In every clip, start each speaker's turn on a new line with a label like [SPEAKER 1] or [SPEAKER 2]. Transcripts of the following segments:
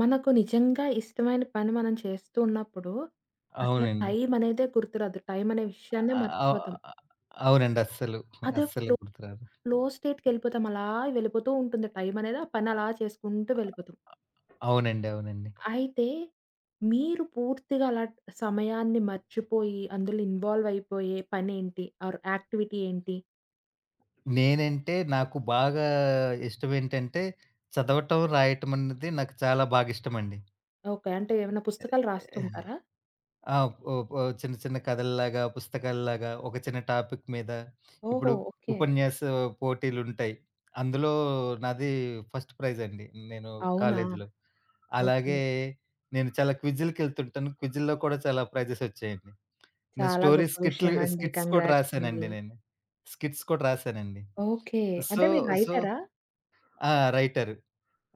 [SPEAKER 1] మనకు నిజంగా ఇష్టమైన పని మనం చేస్తూ ఉన్నప్పుడు, అసలు
[SPEAKER 2] అవునండి.
[SPEAKER 1] టైం అనేదే గుర్తురాదు. టైం అనే విషయాన్నే
[SPEAKER 2] ఆహ్, ఆహ్,
[SPEAKER 1] మర్చిపోతాం.
[SPEAKER 2] అవునండి. అస్సలు.
[SPEAKER 1] అదే
[SPEAKER 2] అస్సలు
[SPEAKER 1] ఫ్లో
[SPEAKER 2] గుర్తురాదు.
[SPEAKER 1] ఫ్లో స్టేట్‌కెళ్ళిపోతాం. అలా వెళ్ళిపోతూ ఉంటుంది టైం అనేది. ఆ పని అలా చేసుకుంటూ వెళ్ళిపోతాం.
[SPEAKER 2] అవునండి. అవునండి.
[SPEAKER 1] అయితే మీరు పూర్తిగా అలా సమయాన్ని మర్చిపోయి, అందులో ఇన్వాల్వ్ అయిపోయే పనేంటి? ఆర్ యాక్టివిటీ ఏంటి?
[SPEAKER 2] నేనంటే నాకు బాగా ఇష్టమేంటంటే, చదవటం, రాయటం అన్నది నాకు చాలా బాగా ఇష్టమండి.
[SPEAKER 1] ఓకే. అంటే ఏమైనా పుస్తకాలు రాస్తుంటారా?
[SPEAKER 2] ఆ! ఓ ఓ చిన్న చిన్న కథల్లాగా, పుస్తకాల్లాగా ఒక చిన్న టాపిక్ మీద
[SPEAKER 1] ఓహో!
[SPEAKER 2] ఇప్పుడు
[SPEAKER 1] ఓకే.
[SPEAKER 2] ఉపన్యాస పోటీలుంటాయి. అందులో నాది ఫస్ట్ ప్రైజ్ అండి. నేను
[SPEAKER 1] అవునా?
[SPEAKER 2] కాలేజీలో.
[SPEAKER 1] ఓకే.
[SPEAKER 2] అలాగే నేను చాలా క్విజులకెళ్తుంటాను. క్విజుల్లో కూడా చాలా ప్రైజెస్ వచ్చాయండి. నేను
[SPEAKER 1] చాలా
[SPEAKER 2] స్టోరీ
[SPEAKER 1] గొప్ప విషయమండి.
[SPEAKER 2] స్కిట్స్ కూడా
[SPEAKER 1] కంగ్రాట్స్ అండి.
[SPEAKER 2] రాసానండి నేను. స్కిట్స్ కూడా రాసానండి.
[SPEAKER 1] ఓకే.
[SPEAKER 2] సో,
[SPEAKER 1] అంటే మీరు
[SPEAKER 2] సో
[SPEAKER 1] రైటరా?
[SPEAKER 2] ఆ! రైటర్.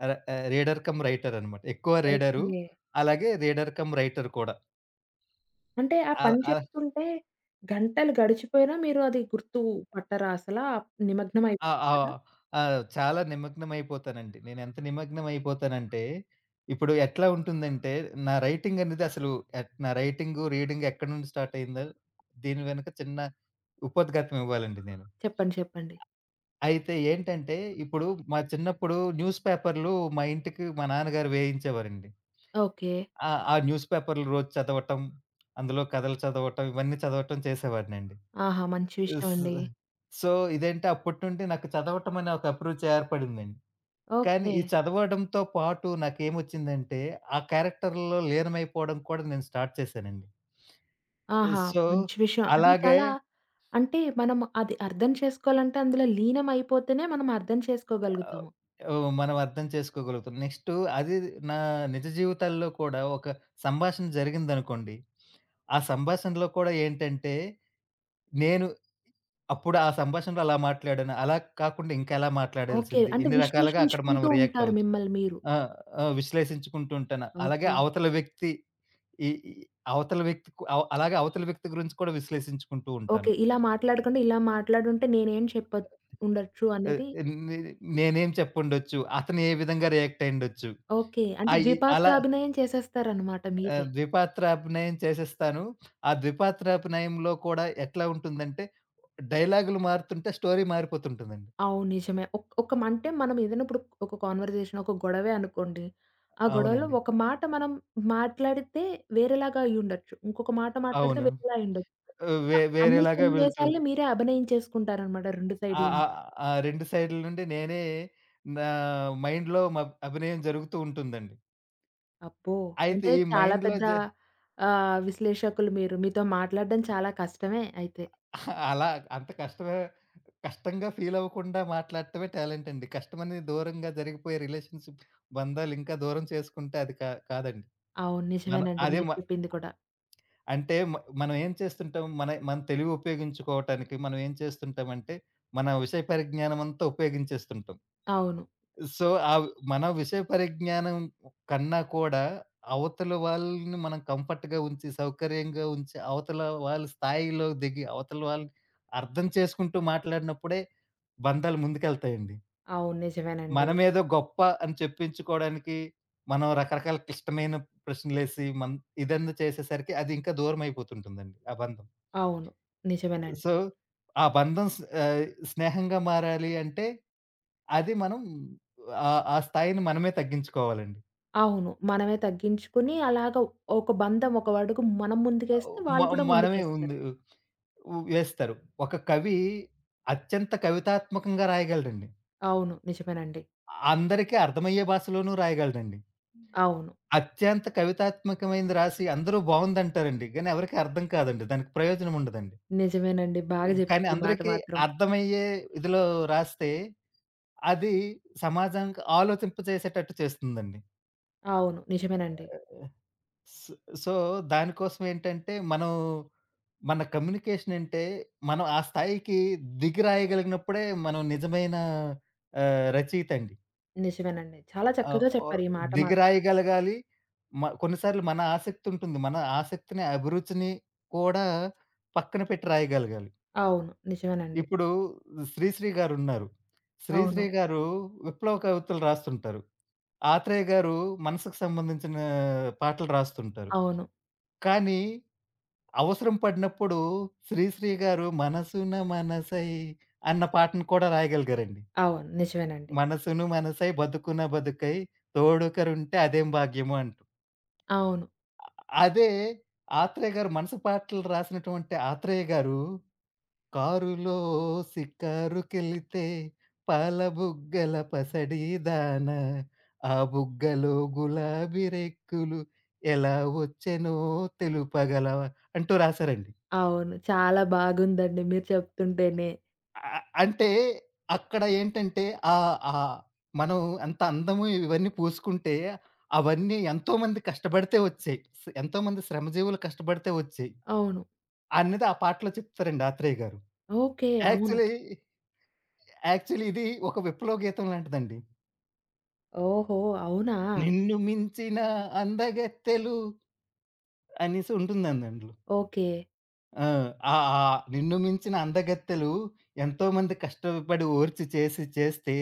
[SPEAKER 2] రీడర్ కమ్ రైటర్ అనమాట. ఎక్కువ రీడరు.
[SPEAKER 1] ఓకే.
[SPEAKER 2] అలాగే రీడర్ కమ్ రైటర్ కూడా.
[SPEAKER 1] అంటే ఆ
[SPEAKER 2] అల
[SPEAKER 1] పని
[SPEAKER 2] అల
[SPEAKER 1] చేస్తుంటే గంటలు గడిచిపోయినా మీరు అది గుర్తు పట్టరా అసలా? నిమగ్నం
[SPEAKER 2] ఆ! ఆ!
[SPEAKER 1] అయిపోతారా?
[SPEAKER 2] ఆ! చాలా నిమగ్నం అయిపోతానండి. నేనెంత నిమగ్నం అయిపోతానంటే, ఇప్పుడు ఎట్లా ఉంటుందంటే, నా రైటింగ్ అనేది అసలు నా రైటింగు, రీడింగ్ ఎక్కడి నుండి స్టార్ట్ అయిందో, దీని వెనక చిన్న ఉపద్ఘాతం ఇవ్వాలండి నేను.
[SPEAKER 1] చెప్పండి. చెప్పండి.
[SPEAKER 2] అయితే ఏంటంటే, ఇప్పుడు మా చిన్నప్పుడు న్యూస్ పేపర్‌లు మా ఇంటికి మా నాన్నగారు వేయించేవారండి.
[SPEAKER 1] ఓకే.
[SPEAKER 2] ఆ! ఆ న్యూస్ పేపర్‌లు రోజు చదవటం, అందులో కథలు చదవటం, ఇవన్నీ చదవటం చేసేవాడినండి.
[SPEAKER 1] ఆహా! మంచి విషయం
[SPEAKER 2] స్
[SPEAKER 1] అండి.
[SPEAKER 2] సో, ఇదేంటి అప్పటి నుండి నాకు చదవటం అనే ఒక అభిరుచి ఏర్పడిందండి. కానీ
[SPEAKER 1] ఓకే.
[SPEAKER 2] ఈ చదవడంతో పాటు నాకేమొచ్చిందంటే, ఆ క్యారెక్టర్‌లో లీనమైపోవడం కూడా నేను స్టార్ట్ చేశానండి.
[SPEAKER 1] ఆహా!
[SPEAKER 2] సో,
[SPEAKER 1] మంచి విషయం. అది
[SPEAKER 2] అలాగే
[SPEAKER 1] చాలా అంటే మనం అది అర్థం చేసుకోవాలంటే అందులో లీనం అయిపోతేనే మనం అర్థం
[SPEAKER 2] ఆహ్,
[SPEAKER 1] చేసుకోగలుగుతాము.
[SPEAKER 2] ఓహ్! మనం అర్థం చేసుకోగలుగుతాం. నెక్స్టు అది నా నిజ జీవితాల్లో కూడా ఒక సంభాషణ జరిగిందనుకోండి. ఆ సంభాషణలో కూడా ఏంటంటే, నేను అప్పుడు ఆ సంభాషణలో అలా మాట్లాడాను. అలా కాకుండా ఇంకా ఎలా
[SPEAKER 1] ఓకే.
[SPEAKER 2] మాట్లాడాల్సింది?
[SPEAKER 1] అంటే
[SPEAKER 2] ఎన్ని రకాలుగా అక్కడ మనం
[SPEAKER 1] విశ్లేషించుకుంటూ
[SPEAKER 2] రియాక్ట్
[SPEAKER 1] ఉంటారు
[SPEAKER 2] అవ్వచ్చు.
[SPEAKER 1] మిమ్మల్ని మీరు.
[SPEAKER 2] ఆ! ఆ! విశ్లేషించుకుంటూ ఉంటాను. అలాగే
[SPEAKER 1] ఓకే.
[SPEAKER 2] అవతల వ్యక్తి ఈ ఈ అవతల వ్యక్తి కు అవ్ అలాగే అవతల వ్యక్తి గురించి కూడా విశ్లేషించుకుంటూ ఉంటాను.
[SPEAKER 1] ఓకే. ఇలా మాట్లాడకుండా ఇలా మాట్లాడుంటే నేనేం చెప్పొ ఉండొచ్చు
[SPEAKER 2] ఆహ్,
[SPEAKER 1] అన్నది
[SPEAKER 2] నే నేనేం చెప్పుండొచ్చు? అతను ఏ విధంగా రియాక్ట్ అయ్యుండొచ్చు?
[SPEAKER 1] ఓకే. అంటే
[SPEAKER 2] అయి అలా
[SPEAKER 1] ద్విపాత్రాభినయం చేసేస్తారనమాట మీరే.
[SPEAKER 2] ద్విపాత్రాభినయం చేసేస్తాను. ఆ ద్విపాత్రాభినయంలో కూడా ఎట్లా ఉంటుందంటే, డైలాగులు మారుతుంటే స్టోరీ మారిపోతుంటుందండి.
[SPEAKER 1] అవును. నిజమే. ఒక్ ఒక మ అంటే మనం ఏదైనా ఇప్పుడు ఒక కాన్వర్జేషన్, ఒక గొడవే అనుకోండి. ఆ గొడవలో
[SPEAKER 2] అవునండి.
[SPEAKER 1] ఒక మాట మనం మాట్లాడితే వేరేలాగా అయ్యుండొచ్చు. ఇంకొక మాట మాట్లాడితే
[SPEAKER 2] అవును.
[SPEAKER 1] వేరేలా అయ్యుండొచ్చు. సో, అన్ని
[SPEAKER 2] వేరేలాగా వెళ్తూ
[SPEAKER 1] సన్నివేశాల్ని మీరే అభినయించేసుకుంటారనమాట 2
[SPEAKER 2] ఆ
[SPEAKER 1] సైడ్‌ల
[SPEAKER 2] ఆ
[SPEAKER 1] నుండి.
[SPEAKER 2] ఆ 2 సైడ్‌ల నుండి నేనే నా మైండ్‌లో అభినయం జరుగుతూ ఉంటుందండి.
[SPEAKER 1] అబ్బో!
[SPEAKER 2] అయితే
[SPEAKER 1] అంటే
[SPEAKER 2] ఈ
[SPEAKER 1] చాలా
[SPEAKER 2] మైండ్‌లో
[SPEAKER 1] పెద్ద
[SPEAKER 2] జ
[SPEAKER 1] విశ్లేషకులు మీరు. మీతో మాట్లాడడం చాలా కష్టమే అయితే.
[SPEAKER 2] అలా అంత కష్టమే కష్టంగా ఫీల్ అవ్వకుండా మాట్లాడటమే టాలెంట్ అండి. కష్టమని దూరంగా జరిగిపోయే రిలేషన్‌షిప్ బంధాలు ఇంకా దూరం చేసుకుంటే అది కాదండి.
[SPEAKER 1] అవును.
[SPEAKER 2] మనం
[SPEAKER 1] నిజమేనండి.
[SPEAKER 2] అదే
[SPEAKER 1] మీరు
[SPEAKER 2] మ
[SPEAKER 1] చెప్పింది కూడా.
[SPEAKER 2] అంటే మ మనం ఏం చేస్తుంటాం? మన మన తెలివి ఉపయోగించుకోవటానికి మనం ఏం చేస్తుంటామంటే, మన విషయ పరిజ్ఞానం అంతా ఉపయోగించేస్తుంటాం.
[SPEAKER 1] అవును.
[SPEAKER 2] సో, ఆవ్ మన విషయ పరిజ్ఞానం కన్నా కూడా అవతల వాళ్ళని మనం కంఫర్ట్‌గా ఉంచి, సౌకర్యంగా ఉంచి, అవతల వాళ్ళ స్థాయిలో దిగి, అవతల వాళ్ళని అర్థం చేసుకుంటూ మాట్లాడినప్పుడే బంధాలు ముందుకెళ్తాయండి.
[SPEAKER 1] అవును. నిజమేనండి.
[SPEAKER 2] మనమేదో గొప్ప అని చెప్పించుకోవడానికి మనం రకరకాల క్లిష్టమైన ప్రశ్నలేసి, ఇదన్నా చేసేసరికి అది ఇంకా దూరమైపోతుంటుందండి ఆ బంధం.
[SPEAKER 1] అవును. నిజమేనండి.
[SPEAKER 2] సో, ఆ బంధం స్నేహంగా మారాలి అంటే, అది మనం ఆ స్థాయిని మనమే తగ్గించుకోవాలండి.
[SPEAKER 1] అవును. మనమే తగ్గించుకొని అలాగ ఒక బంధం ఒక అడుగు మనం ముందుకేస్తే
[SPEAKER 2] మ
[SPEAKER 1] వాళ్ళు కూడా
[SPEAKER 2] మనమే
[SPEAKER 1] ముందుకేస్తారు.
[SPEAKER 2] ఉంది ఉ వేస్తారు. ఒక కవి అత్యంత కవితాత్మకంగా రాయగలడండి.
[SPEAKER 1] అవును. నిజమేనండి.
[SPEAKER 2] అందరికీ అర్థమయ్యే భాషలోనూ రాయగలడండి.
[SPEAKER 1] అవును.
[SPEAKER 2] అత్యంత కవితాత్మకమైనది రాసి అందరూ బావుందంటారండి. కానీ ఎవరికీ అర్థం కాదండి. దానికి ప్రయోజనం ఉండదండి.
[SPEAKER 1] నిజమేనండి. బాగా
[SPEAKER 2] కానీ
[SPEAKER 1] జెప్పారు ఈ మాట
[SPEAKER 2] అందరికీ
[SPEAKER 1] మాత్రం.
[SPEAKER 2] అర్థమయ్యే ఇదిలో రాస్తే, అది సమాజానికి ఆలోచింపజేసేటట్టు చేస్తుందండి.
[SPEAKER 1] అవును. నిజమేనండి.
[SPEAKER 2] స్ సో, దానికోసమేంటంటే, మనం మన కమ్యూనికేషన్ అంటే, మనం ఆ స్థాయికి దిగిరాయగలిగినప్పుడే మనం నిజమైన రచయిత అండి.
[SPEAKER 1] నిజమేనండి. చాలా
[SPEAKER 2] ఆహ్,
[SPEAKER 1] చక్కగా
[SPEAKER 2] ఓహ్,
[SPEAKER 1] చెప్పారు ఈ మాట మా
[SPEAKER 2] దిగిరాయగలగాలి. కొన్నిసార్లు మన ఆసక్తి ఉంటుంది. మన ఆసక్తిని, అభిరుచిని కూడా పక్కన పెట్టి రాయగలగాలి.
[SPEAKER 1] అవును. నిజమేనండి.
[SPEAKER 2] ఇప్పుడు 'శ్రీశ్రీ' గారున్నారు.
[SPEAKER 1] అవును.
[SPEAKER 2] 'శ్రీశ్రీ' గారు విప్లవ కవితలు రాస్తుంటారు. 'ఆత్రేయ' గారు మనసుకు సంబంధించిన పాటలు రాస్తుంటారు.
[SPEAKER 1] అవును.
[SPEAKER 2] కానీ అవసరం పడినప్పుడు 'శ్రీశ్రీ' గారు 'మనసున మనసై' అన్న పాటను కూడా రాయగలిగారండి.
[SPEAKER 1] అవును. నిజమేనండి.
[SPEAKER 2] 'మనసును మనసై బతుకున బతుకై తోడుకరుంటే అదేం భాగ్యము' అంటూ.
[SPEAKER 1] అవును.
[SPEAKER 2] అదే 'ఆత్రేయ' గారు మనసు పాటలు రాసినటువంటి 'ఆత్రేయ' గారు 'కారులో సికారుకెళితే పాల బుగ్గల పసడీదాన ఆ బుగ్గలో గులాబీ రెక్కులు ఎలా వచ్చెనో తెలుపగలవా' అంటూ రాశారండి.
[SPEAKER 1] అవును. చాలా బాగుందండి మీరు చెప్తుంటేనే.
[SPEAKER 2] అంటే అక్కడ ఏంటంటే ఆహ్, ఆహ్, మనం అంత అందము ఇవన్నీ పూసుకుంటే అవన్నీ ఎంతోమంది కష్టపడితే వచ్చాయి. ఎంతోమంది శ్రమజీవులు కష్టపడితే వచ్చాయి.
[SPEAKER 1] అవును.
[SPEAKER 2] అనేది ఆ పాటలో చెప్తారండి ఆత్రేయ గారు.
[SPEAKER 1] ఓకే. అవును.
[SPEAKER 2] యాక్చువల్లీ, యాక్చువల్లీ ఇది ఒక విప్లవ గీతం లాంటిదండి.
[SPEAKER 1] ఓహో! అవునా!
[SPEAKER 2] నిన్ను మించిన అందగత్తెలు అనేసి ఉంటుందందండ్లో.
[SPEAKER 1] ఓకే.
[SPEAKER 2] ఆ! ఆ! ఆ! నిన్ను మించిన అందగత్తెలు ఎంతోమంది కష్టపడి ఓర్చి చేస్తే,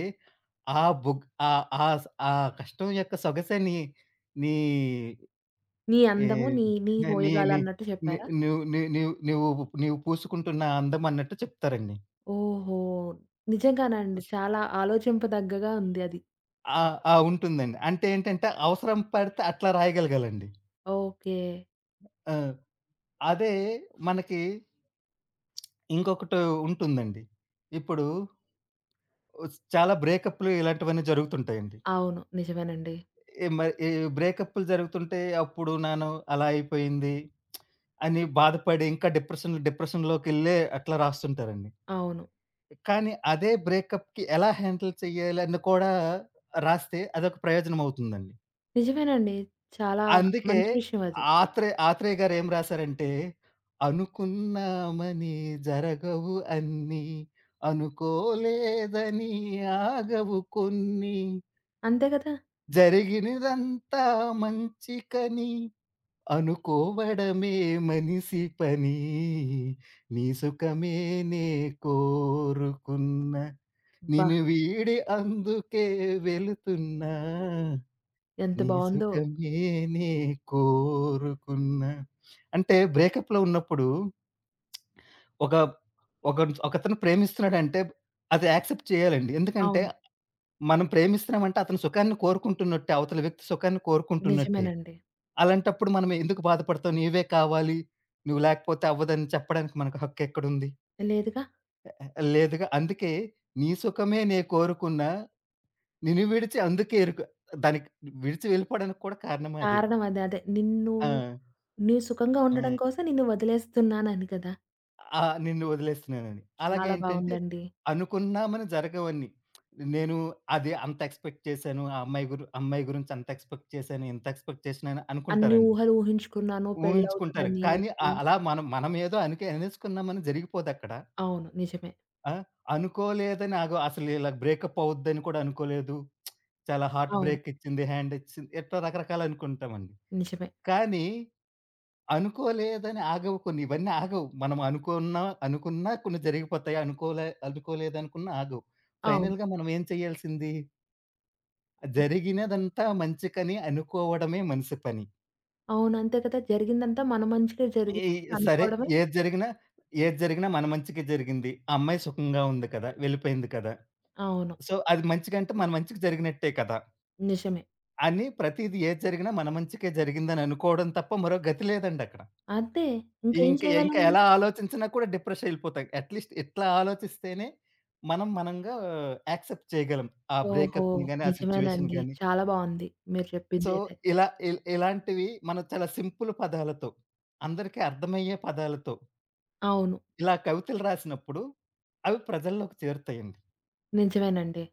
[SPEAKER 2] ఆ బొగ్ ఆ ఆ స్ ఆ కష్టం యొక్క సొగసే నీ నీ
[SPEAKER 1] నీ
[SPEAKER 2] ఏ
[SPEAKER 1] అందము నీ నీ
[SPEAKER 2] నీ
[SPEAKER 1] హోయగాలు
[SPEAKER 2] నీ
[SPEAKER 1] అన్నట్టు
[SPEAKER 2] ని
[SPEAKER 1] చెప్పారా?
[SPEAKER 2] నువ్వు ని నీవు నువ్వు నీవు పూసుకుంటున్న అందం అన్నట్టు చెప్తారండి.
[SPEAKER 1] ఓహో! నిజంగానండి. చాలా ఆలోచింపదగ్గగా ఉంది అది.
[SPEAKER 2] ఆ! ఆ! ఉంటుందండి. అంటే ఏంటంటే అవసరం పడితే అట్లా రాయగలగాలండి.
[SPEAKER 1] ఓకే.
[SPEAKER 2] ఆ! అదే మనకి ఇంకొకటి ఉంటుందండి. ఇప్పుడు చాలా బ్రేకప్‌లు ఇలాంటివన్నీ జరుగుతుంటాయండి.
[SPEAKER 1] అవును. నిజమేనండి.
[SPEAKER 2] మరి ఈ బ్రేకప్పులు జరుగుతుంటే అప్పుడు నేను అలా అయిపోయింది అని బాధపడి ఇంకా డిప్రెషన్‌లోకెళ్ళే అట్లా రాస్తుంటారండి.
[SPEAKER 1] అవును.
[SPEAKER 2] కానీ అదే బ్రేకప్‌కి ఎలా హ్యాండిల్ చేయాలని కూడా రాస్తే అదొక ప్రయోజనం అవుతుందండి.
[SPEAKER 1] నిజమేనండి. చాలా
[SPEAKER 2] అందుకే
[SPEAKER 1] మంచి విషయం అది.
[SPEAKER 2] ఆత్రేయ గారు ఏం రాసారంటే, "అనుకున్నామని జరగవు అన్నీ, అనుకోలేదని ఆగవు కొన్ని,
[SPEAKER 1] అంతే కదా!
[SPEAKER 2] జరిగినదంతా మంచికని." అనుకోవడమే మనిషి పని. నీ సుఖమే నే కోరుకున్న.
[SPEAKER 1] అబ్బా!
[SPEAKER 2] నిన్ను వీడి అందుకే వెళుతున్నా.
[SPEAKER 1] ఎంత
[SPEAKER 2] నీ
[SPEAKER 1] బావుందో.
[SPEAKER 2] సుఖమే నే కోరుకున్న. అంటే బ్రేకప్‌లో ఉన్నప్పుడు ఒక ఒకన్ ఒకతను ప్రేమిస్తున్నాడంటే అది యాక్సెప్ట్ చేయాలండి. ఎందుకంటే
[SPEAKER 1] అవును.
[SPEAKER 2] మనం ప్రేమిస్తున్నామంటే అతని సుఖాన్ని కోరుకుంటున్నట్టే. అవతల వ్యక్తి సుఖాన్ని కోరుకుంటున్నట్టే.
[SPEAKER 1] నిజమేనండి.
[SPEAKER 2] అలాంటప్పుడు మనం ఎందుకు బాధపడతావు? నీవే కావాలి. నువ్వు లేకపోతే అవ్వదని చెప్పడానికి మనకు హక్కెక్కడుంది?
[SPEAKER 1] లేదుగా!
[SPEAKER 2] లేదుగా. అందుకే నీ సుఖమే నే కోరుకున్నా నిన్ను విడిచి అందుకే ఇరుకు దానికి విడిచి వెళ్ళిపోవడానికి కూడా కారణం అదే.
[SPEAKER 1] కారణం అదే. అదే. నిన్ను
[SPEAKER 2] ఆ!
[SPEAKER 1] నీవు సుఖంగా ఉండడం
[SPEAKER 2] హ్మ్.
[SPEAKER 1] కోసం నిన్ను వదిలేస్తున్నానని కదా!
[SPEAKER 2] ఆ! నిన్ను వదిలేస్తున్నానని. అలాగే
[SPEAKER 1] చాలా
[SPEAKER 2] ఏంటంటే
[SPEAKER 1] బావుందండి.
[SPEAKER 2] అనుకున్నామని జరగవన్నీ. నేను అది అంత ఎక్స్‌పెక్ట్ చేశాను. ఆ అమ్మాయి అమ్మాయి గురించి అంత ఎక్స్‌పెక్ట్ చేశాను. ఇంత ఎక్స్‌పెక్ట్ చేసినాను
[SPEAKER 1] అన్ని
[SPEAKER 2] అనుకుంటారండి.
[SPEAKER 1] ఊహలు ఊహించుకున్నాను
[SPEAKER 2] ఊహించుకుంటారు.
[SPEAKER 1] పెళ్ళవుతదని
[SPEAKER 2] కానీ
[SPEAKER 1] అని.
[SPEAKER 2] అలా మనం మనమేదో అనేసుకున్నామని జరిగిపోదక్కడ.
[SPEAKER 1] అవును. నిజమే.
[SPEAKER 2] ఆ! అనుకోలేదని నాకు అసలు ఇలా బ్రేకప్ అవుద్దని కూడా అనుకోలేదు. చాలా హార్ట్
[SPEAKER 1] అవును.
[SPEAKER 2] బ్రేక్ ఇచ్చింది, హ్యాండ్ ఇచ్చింది. ఇట్లా రకరకాలు అనుకుంటామండి.
[SPEAKER 1] నిజమే.
[SPEAKER 2] కానీ అనుకోలేదని ఆగవు కొన్ని. ఇవన్నీ ఆగవు. మనం అనుకున్నా అనుకున్నా కొన్ని జరిగిపోతాయి. అనుకోలేదనుకున్నా ఆగవు.
[SPEAKER 1] అవును.
[SPEAKER 2] ఫైనల్‌గా మనం ఏం చేయాల్సింది? జరిగినదంతా మంచికని అనుకోవడమే మనిషి పని.
[SPEAKER 1] అవును. అంతే కదా! జరిగిందంతా మన మంచికే
[SPEAKER 2] ఈ
[SPEAKER 1] జరిగిందని
[SPEAKER 2] సరే
[SPEAKER 1] అనుకోవడమే
[SPEAKER 2] ఏది జరిగినా ఏది జరిగినా మన మంచికే జరిగింది. ఆ అమ్మాయి సుఖంగా ఉంది కదా! వెళ్ళిపోయింది కదా!
[SPEAKER 1] అవును.
[SPEAKER 2] సో, అది మంచిగంటే మన మంచికి జరిగినట్టే కదా!
[SPEAKER 1] నిజమే.
[SPEAKER 2] అని ప్రతీది ఏది జరిగినా మన మంచికే జరిగిందని అనుకోవడం తప్ప మరో గతి లేదండక్కడ.
[SPEAKER 1] అదే. ఇంకేం చేయగలం
[SPEAKER 2] ఇంకా
[SPEAKER 1] మనం?
[SPEAKER 2] ఎలా ఆలోచించినా కూడా డిప్రెషన్ ఎళ్ళిపోతాం. అట్‌లీస్ట్ ఇట్లా ఆలోచిస్తేనే మనం మనంగా యాక్సెప్ట్ చేయగలం. ఆ
[SPEAKER 1] ఓహో!
[SPEAKER 2] బ్రేకప్‌ని గాని, ఆ సిట్యుయేషన్
[SPEAKER 1] నిజమేనండి.
[SPEAKER 2] గాని.
[SPEAKER 1] చాలా బావుంది మీరు
[SPEAKER 2] సో,
[SPEAKER 1] చెప్పిందైతే.
[SPEAKER 2] ఇలాంటివి మనం చాలా సింపుల్ పదాలతో, అందరికీ అర్థమయ్యే పదాలతో
[SPEAKER 1] అవును.
[SPEAKER 2] ఇలా కవితలు రాసినప్పుడు అవి ప్రజల్లోకి చేరుతాయండి.
[SPEAKER 1] నిజమేనండి.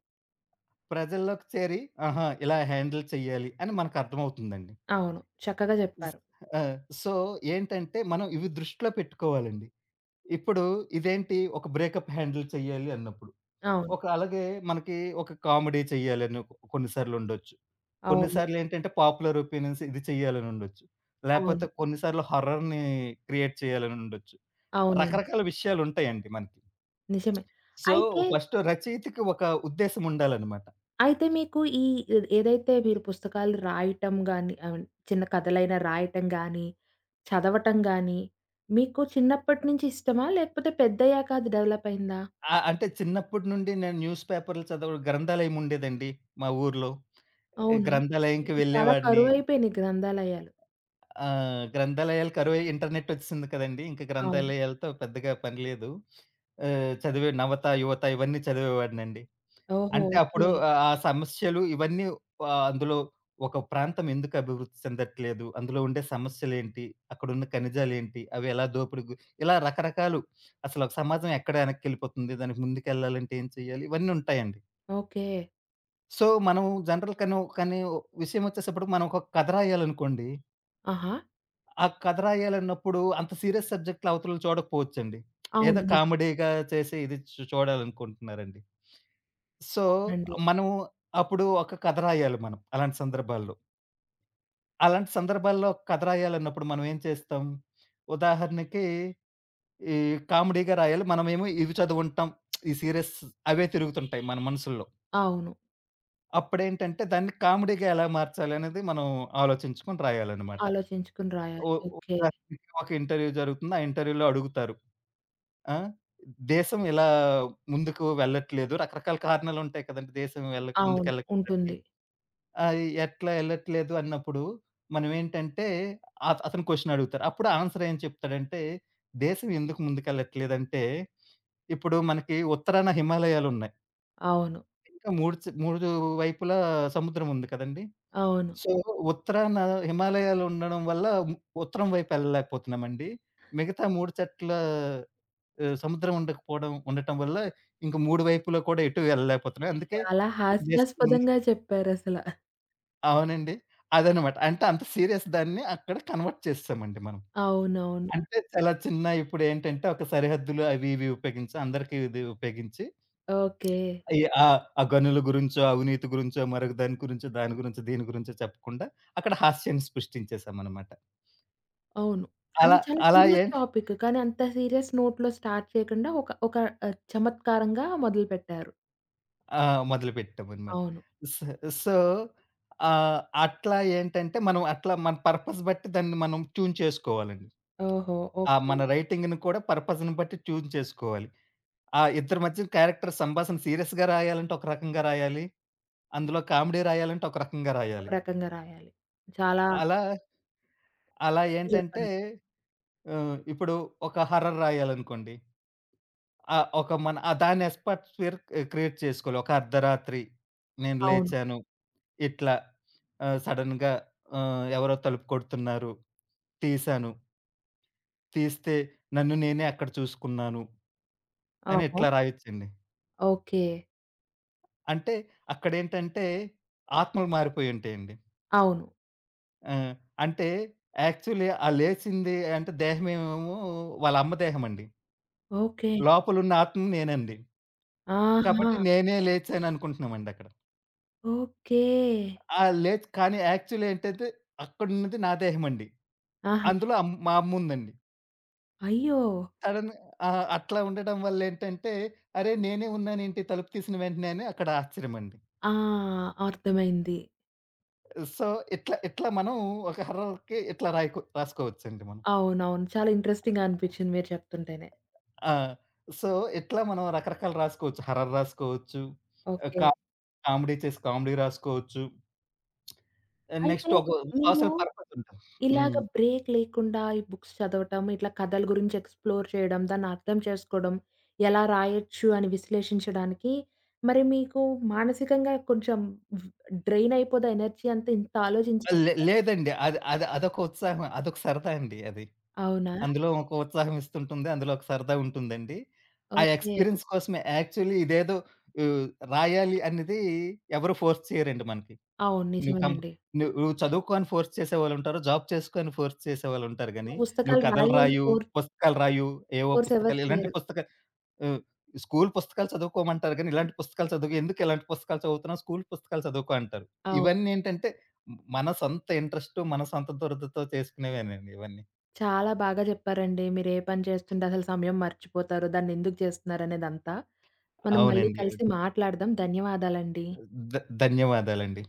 [SPEAKER 2] ప్రజల్లోకి చేరి ఆహా! ఇలా హ్యాండిల్ చేయాలి అని మనకు అర్థమవుతుందండి.
[SPEAKER 1] అవును. చక్కగా
[SPEAKER 2] స్
[SPEAKER 1] చెప్పారు.
[SPEAKER 2] ఆ! సో, ఏంటంటే మనం ఇవి దృష్టిలో పెట్టుకోవాలండి. ఇప్పుడు ఇదేంటి ఒక బ్రేకప్ హ్యాండిల్ చేయాలి అన్నప్పుడు.
[SPEAKER 1] అవును.
[SPEAKER 2] ఒక అలాగే మనకి ఒక కామెడీ చేయాలని కొన్ని సార్లుండొచ్చు. కొన్ని
[SPEAKER 1] అవును.
[SPEAKER 2] సార్లేంటంటే పాపులర్ ఒపీనియన్స్ ఇది చేయాలనుండొచ్చు.
[SPEAKER 1] అవును.
[SPEAKER 2] లేపోతే కొన్ని సార్లు హారర్‌ని క్రియేట్ చేయాలనుండొచ్చు.
[SPEAKER 1] అవునండి.
[SPEAKER 2] రకరకాల విషయాలుంటాయండి మనకి.
[SPEAKER 1] నిజమే.
[SPEAKER 2] సో,
[SPEAKER 1] అయితే,
[SPEAKER 2] ఫస్ట్ రచయితకి ఒక ఉద్దేశ్యం ఉండాలనమాట.
[SPEAKER 1] అయితే మీకు ఈ ఏదైతే మీరు పుస్తకాలు రాయటం గాని ఐ మీన్ చిన్న కథలైనా రాయటం గాని, చదవటం గాని మీకు చిన్నప్పటి నుంచి ఇష్టమా? లేకపోతే పెద్దయ్యాక అది డెవలప్ అయిందా?
[SPEAKER 2] ఆ! అంటే చిన్నప్పటి నుండి నేను న్యూస్ పేపర్‌లు గ్రంథాలయం ఉండేదండి మా ఊర్లో.
[SPEAKER 1] అవునా?
[SPEAKER 2] గ్రంథాలయంకి
[SPEAKER 1] ఇప్పుడు చాలా
[SPEAKER 2] వెళ్ళేవాడిని.
[SPEAKER 1] కరువైపోయినియి గ్రంథాలయాలు.
[SPEAKER 2] ఆ! గ్రంథాలయాలు కరువయ్యి ఇంటర్నెట్ ఒచ్చేసింది కదండీ! ఇంక
[SPEAKER 1] అవును.
[SPEAKER 2] గ్రంథాలయాలతో పెద్దగా పని లేదు. చదివే నవత, యువత ఇవన్నీ చదివేవాడినండి.
[SPEAKER 1] ఓహో!
[SPEAKER 2] అంటే
[SPEAKER 1] ఓకే.
[SPEAKER 2] అప్పుడు ఆ సమస్యలు ఇవన్నీ అందులో ఒక ప్రాంతం ఎందుకు అభివృద్ధి చెందట్లేదు? అందులో ఉండే సమస్యలేంటి? అక్కడున్న ఖనిజాలేంటి? అవి ఎలా దోపిడి గు ఇలా రకరకాలు అసలు ఒక సమాజం ఎక్కడ వెనక్కెళ్ళిపోతుంది? దానికి ముందుకెళ్ళాలంటే ఏం చేయాలి? ఇవన్నీ ఉంటాయండి.
[SPEAKER 1] ఓకే.
[SPEAKER 2] సో, మనం జనరల్ కానీ విషయం ఒచ్చేసేప్పటికి మనం ఒక కథ రాయాలనుకోండి
[SPEAKER 1] ఆహా!
[SPEAKER 2] ఆ కథ రాయాలన్నప్పుడు అంత సీరియస్ సబ్జెక్ట్‌లు అవతలోళ్ళు చూడకపోవచ్చండి.
[SPEAKER 1] అవును.
[SPEAKER 2] ఏదో
[SPEAKER 1] నిజమే.
[SPEAKER 2] కామెడీగా చేసి ఇది చూడాలనుకుంటున్నారండి. సో,
[SPEAKER 1] అవునండి.
[SPEAKER 2] మనం అప్పుడు ఒక కథ రాయాలి మనం అలాంటి సందర్భాల్లో. అలాంటి సందర్భాల్లో ఒక కథ రాయాలన్నప్పుడు మనం ఏం చేస్తాం? ఉదాహరణకి ఈ కామెడీగా రాయాలి. మనమేమో ఇవి చదువుంటాం. ఈ సీరియస్ అవే తిరుగుతుంటాయి మన మనసుల్లో.
[SPEAKER 1] అవును.
[SPEAKER 2] అప్పుడేంటంటే దాన్ని కామెడీగా ఎలా మార్చాలి అనేది మనం ఆలోచించుకొని రాయాలన్నమాట.
[SPEAKER 1] ఆలోచించుకొని రాయాలి.
[SPEAKER 2] ఉ
[SPEAKER 1] ఓకే.
[SPEAKER 2] ఉదాహరణకి ఒక ఇంటర్వ్యూ జరుగుతుంది. ఆ ఇంటర్వ్యూలో అడుగుతారు. ఆ! దేశం ఇలా ముందుకు వెళ్ళట్లేదు. రకరకాల కారణాలుంటాయి కదండీ! దేశం
[SPEAKER 1] అవును.
[SPEAKER 2] ముందుకెళ్ళకపోవడానికి.
[SPEAKER 1] ఉంటుంది.
[SPEAKER 2] ఆహ్, ఎట్లా ఎళ్ళట్లేదు అన్నప్పుడు మనమేంటంటే అతను క్వెషన్ అడుగుతారు. అప్పుడు ఆన్సర్ ఏం చెప్తాడంటే, దేశం ఎందుకు ముందుకెళ్ళట్లేదంటే, ఇప్పుడు మనకి ఉత్తరాన హిమాలయాలున్నాయి.
[SPEAKER 1] అవును.
[SPEAKER 2] ఇంకా మూడు 3 వైపులా సముద్రం ఉంది కదండీ!
[SPEAKER 1] అవును.
[SPEAKER 2] సో, ఉత్తరాన హిమాలయాలుండడం వల్ల ఉత్తరం వైపు వెళ్ళలేకపోతున్నామండి. మిగతా 3 సముద్రం ఉండటం వల్ల ఇంక మూడు వైపులా కూడా ఎటు వెళ్ళలేకపోతున్నాం. అందుకే
[SPEAKER 1] చాలా
[SPEAKER 2] దేశం ముందు
[SPEAKER 1] హాస్యాస్పదంగా చెప్పారసల.
[SPEAKER 2] అవునండి. అదనమాట. అంటే అంత సీరియస్ దాన్ని అక్కడ కన్వర్ట్ చేసేసామండి మనం.
[SPEAKER 1] అవునవును.
[SPEAKER 2] అంటే చాలా చిన్న ఇప్పుడేంటంటే ఒక సరిహద్దులు అవి ఇవి ఉపయోగించి అందరికీ ఇది ఉపయోగించి
[SPEAKER 1] ఓకే.
[SPEAKER 2] ఆ గనుల గురించో, అవినీతి గురించో, మరొక దాని గురించో, దాని గురించో, దీని గురించో చెప్పకుండా అక్కడ హాస్యాన్ని సృష్టించేసామనమాట.
[SPEAKER 1] అవును. అది
[SPEAKER 2] అలా
[SPEAKER 1] చాలా
[SPEAKER 2] అలా
[SPEAKER 1] సీరియస్
[SPEAKER 2] ఏం
[SPEAKER 1] టాపిక్. కానీ అంత సీరియస్ నోట్‌లో స్టార్ట్ చేయకుండా ఒక ఒక చమత్కారంగా మొదలుపెట్టారు.
[SPEAKER 2] ఆ! మొదలుపెట్టామనమాట.
[SPEAKER 1] అవును.
[SPEAKER 2] సో సో, అట్లా ఏంటంటే మనం అట్లా మన పర్పస్ బట్టి దాన్ని మనం ట్యూన్ చేసుకోవాలండి.
[SPEAKER 1] ఓహో!
[SPEAKER 2] ఆ!
[SPEAKER 1] ఓకే.
[SPEAKER 2] మన రైటింగ్‌ని కూడా పర్పస్‌ని బట్టి ట్యూన్ చేసుకోవాలి. ఆ ఇద్దరి మధ్య క్యారెక్టర్ సంభాషణ సీరియస్‌గా రాయాలంటే ఒక రకంగా రాయాలి. అందులో కామెడీ రాయాలంటే ఒక రకంగా
[SPEAKER 1] ఒక
[SPEAKER 2] రాయాలి.
[SPEAKER 1] రకంగా రాయాలి. చాలా
[SPEAKER 2] అలా అలా
[SPEAKER 1] కరెక్ట్
[SPEAKER 2] ఏంటంటే
[SPEAKER 1] చెప్పారు.
[SPEAKER 2] ఆహ్, ఇప్పుడు ఒక హారర్ రాయాలనుకోండి. ఆ! ఒక మన ఆ దాని అట్మాస్ఫియర్ క్రియేట్ చేసుకోవాలి. ఒక అర్ధరాత్రి నేను
[SPEAKER 1] అవును.
[SPEAKER 2] లేచాను ఇట్లా సడెన్‌గా ఎవరో తలుపు కొడుతున్నారు. తీశాను. తీస్తే నన్ను నేనే అక్కడ చూసుకున్నాను అని
[SPEAKER 1] అవును.
[SPEAKER 2] ఇట్లా రాయొచ్చండి.
[SPEAKER 1] ఓకే.
[SPEAKER 2] అంటే అక్కడేంటంటే ఆత్మలు మారిపోయి ఉంటాయండి.
[SPEAKER 1] అవును.
[SPEAKER 2] ఆ! అంటే యాక్చువల్లీ ఆ లేచింది అంటే దేహమేమో వాళ్ళ అమ్మ దేహమండి.
[SPEAKER 1] ఓకే.
[SPEAKER 2] లోపలున్న ఆత్మ నేనండి.
[SPEAKER 1] ఆహా!
[SPEAKER 2] కాబట్టి నేనే లేచాననుకుంటున్నామండి అక్కడ.
[SPEAKER 1] ఓకే.
[SPEAKER 2] ఆ! లేచి కానీ యాక్చువల్లీ ఏంటంటే అక్కడున్నది నా దేహమండి.
[SPEAKER 1] ఆహా!
[SPEAKER 2] అందులో మా అమ్ముందండి.
[SPEAKER 1] అయ్యో!
[SPEAKER 2] సడెన్‌గా ఆ! అట్లా ఉండడం వల్లేంటంటే, అరే! నేనే ఉన్నానేంటి తలుపు తీసిన వెంటనే అని అక్కడ ఆశ్చర్యమండి.
[SPEAKER 1] ఆ! అర్థమైంది.
[SPEAKER 2] సో, ఇట్లా ఇట్లా మనం ఒక హర్రర్‌కి ఇట్లా రాసుకోవచ్చండి మనం.
[SPEAKER 1] అవునవును. చాలా ఇంట్రెస్టింగ్‌గా అనిపించింది మీరు చెప్తుంటేనే.
[SPEAKER 2] ఆ! సో, ఇట్లా మనం రకరకాలు రాసుకోవచ్చు. హర్రర్ రాసుకోవచ్చు. ఆహ్,
[SPEAKER 1] ఓకే.
[SPEAKER 2] కా కామెడీ చేసి కామెడీ రాసుకోవచ్చు.
[SPEAKER 1] అయితే
[SPEAKER 2] నెక్స్ట్ ఒక
[SPEAKER 1] మీరు
[SPEAKER 2] సోషల్ పర్పస్ ఉంటుంది.
[SPEAKER 1] ఇలాగ
[SPEAKER 2] హ్మ్.
[SPEAKER 1] బ్రేక్ లేకుండా ఈ బుక్స్ చదవటం, ఇట్లా కథల గురించి ఎక్స్‌ప్లోర్ చేయడం, దాన్ని అర్థం చేసుకోవడం, ఎలా రాయొచ్చు అని విశ్లేషించడానికి మరి మీకు మానసికంగా కొంచెం వ్ డ్రైన్ అయిపోదా ఎనర్జీ అంతా ఇంత ఆలోచించాలి కదా!
[SPEAKER 2] లేదండి. అది అది అదొక ఉత్సాహం. అదొక సరదా అండి అది.
[SPEAKER 1] అవునా?
[SPEAKER 2] అందులో ఒక ఉత్సాహం ఇస్తుంటుంది. అందులో ఒక సరదా ఉంటుందండి. ఆ
[SPEAKER 1] ఓకే.
[SPEAKER 2] ఎక్స్‌పీరియన్స్ కోసమే యాక్చువల్లీ ఇదేదో ఆహ్, రాయాలి అనేది ఎవరు ఫోర్స్ చేయరండి మనకి.
[SPEAKER 1] అవును.
[SPEAKER 2] నువ్వు కంప్
[SPEAKER 1] నిజమేనండి.
[SPEAKER 2] నువ్వు చదువుకో అని ఫోర్స్ చేసేవాళ్ళుంటారు. జాబ్ చేసుకో అని ఫోర్స్ చేసేవాళ్ళుంటారు గానీ, నువ్వు
[SPEAKER 1] పుస్తకాలు
[SPEAKER 2] కథలు
[SPEAKER 1] రాయి అని
[SPEAKER 2] రాయు,
[SPEAKER 1] ఫోర్స్
[SPEAKER 2] పుస్తకాలు రాయు, ఏవో
[SPEAKER 1] ఫోర్స్ ఎవరు
[SPEAKER 2] పుస్తకాలు ఇలాంటి
[SPEAKER 1] చేయరు.
[SPEAKER 2] పుస్తక ఆహ్, స్కూల్ పుస్తకాలు చదువుకోమంటారు గానీ, ఇలాంటి పుస్తకాలు చదువుకో ఎందుకు ఇలాంటి పుస్తకాలు చదువుతున్నావు? స్కూల్ పుస్తకాలు చదువుకో అంటారు.
[SPEAKER 1] అవును.
[SPEAKER 2] ఇవన్నీ ఏంటంటే, మన సొంత ఇంట్రెస్టు, మన సొంత దురదతో చేసుకునేవేనండి ఇవన్నీ.
[SPEAKER 1] చాలా బాగా చెప్పారండి. మీరు ఏ పని చేస్తుంటే అసలు సమయం మర్చిపోతారో, దాన్నెందుకు చేస్తున్నారనేదంతా. మనం మళ్ళీ
[SPEAKER 2] అవునండి.
[SPEAKER 1] కలిసి
[SPEAKER 2] అవును.
[SPEAKER 1] మాట్లాడదాం. ధన్యవాదాలండి.
[SPEAKER 2] ధన్యవాదాలండి.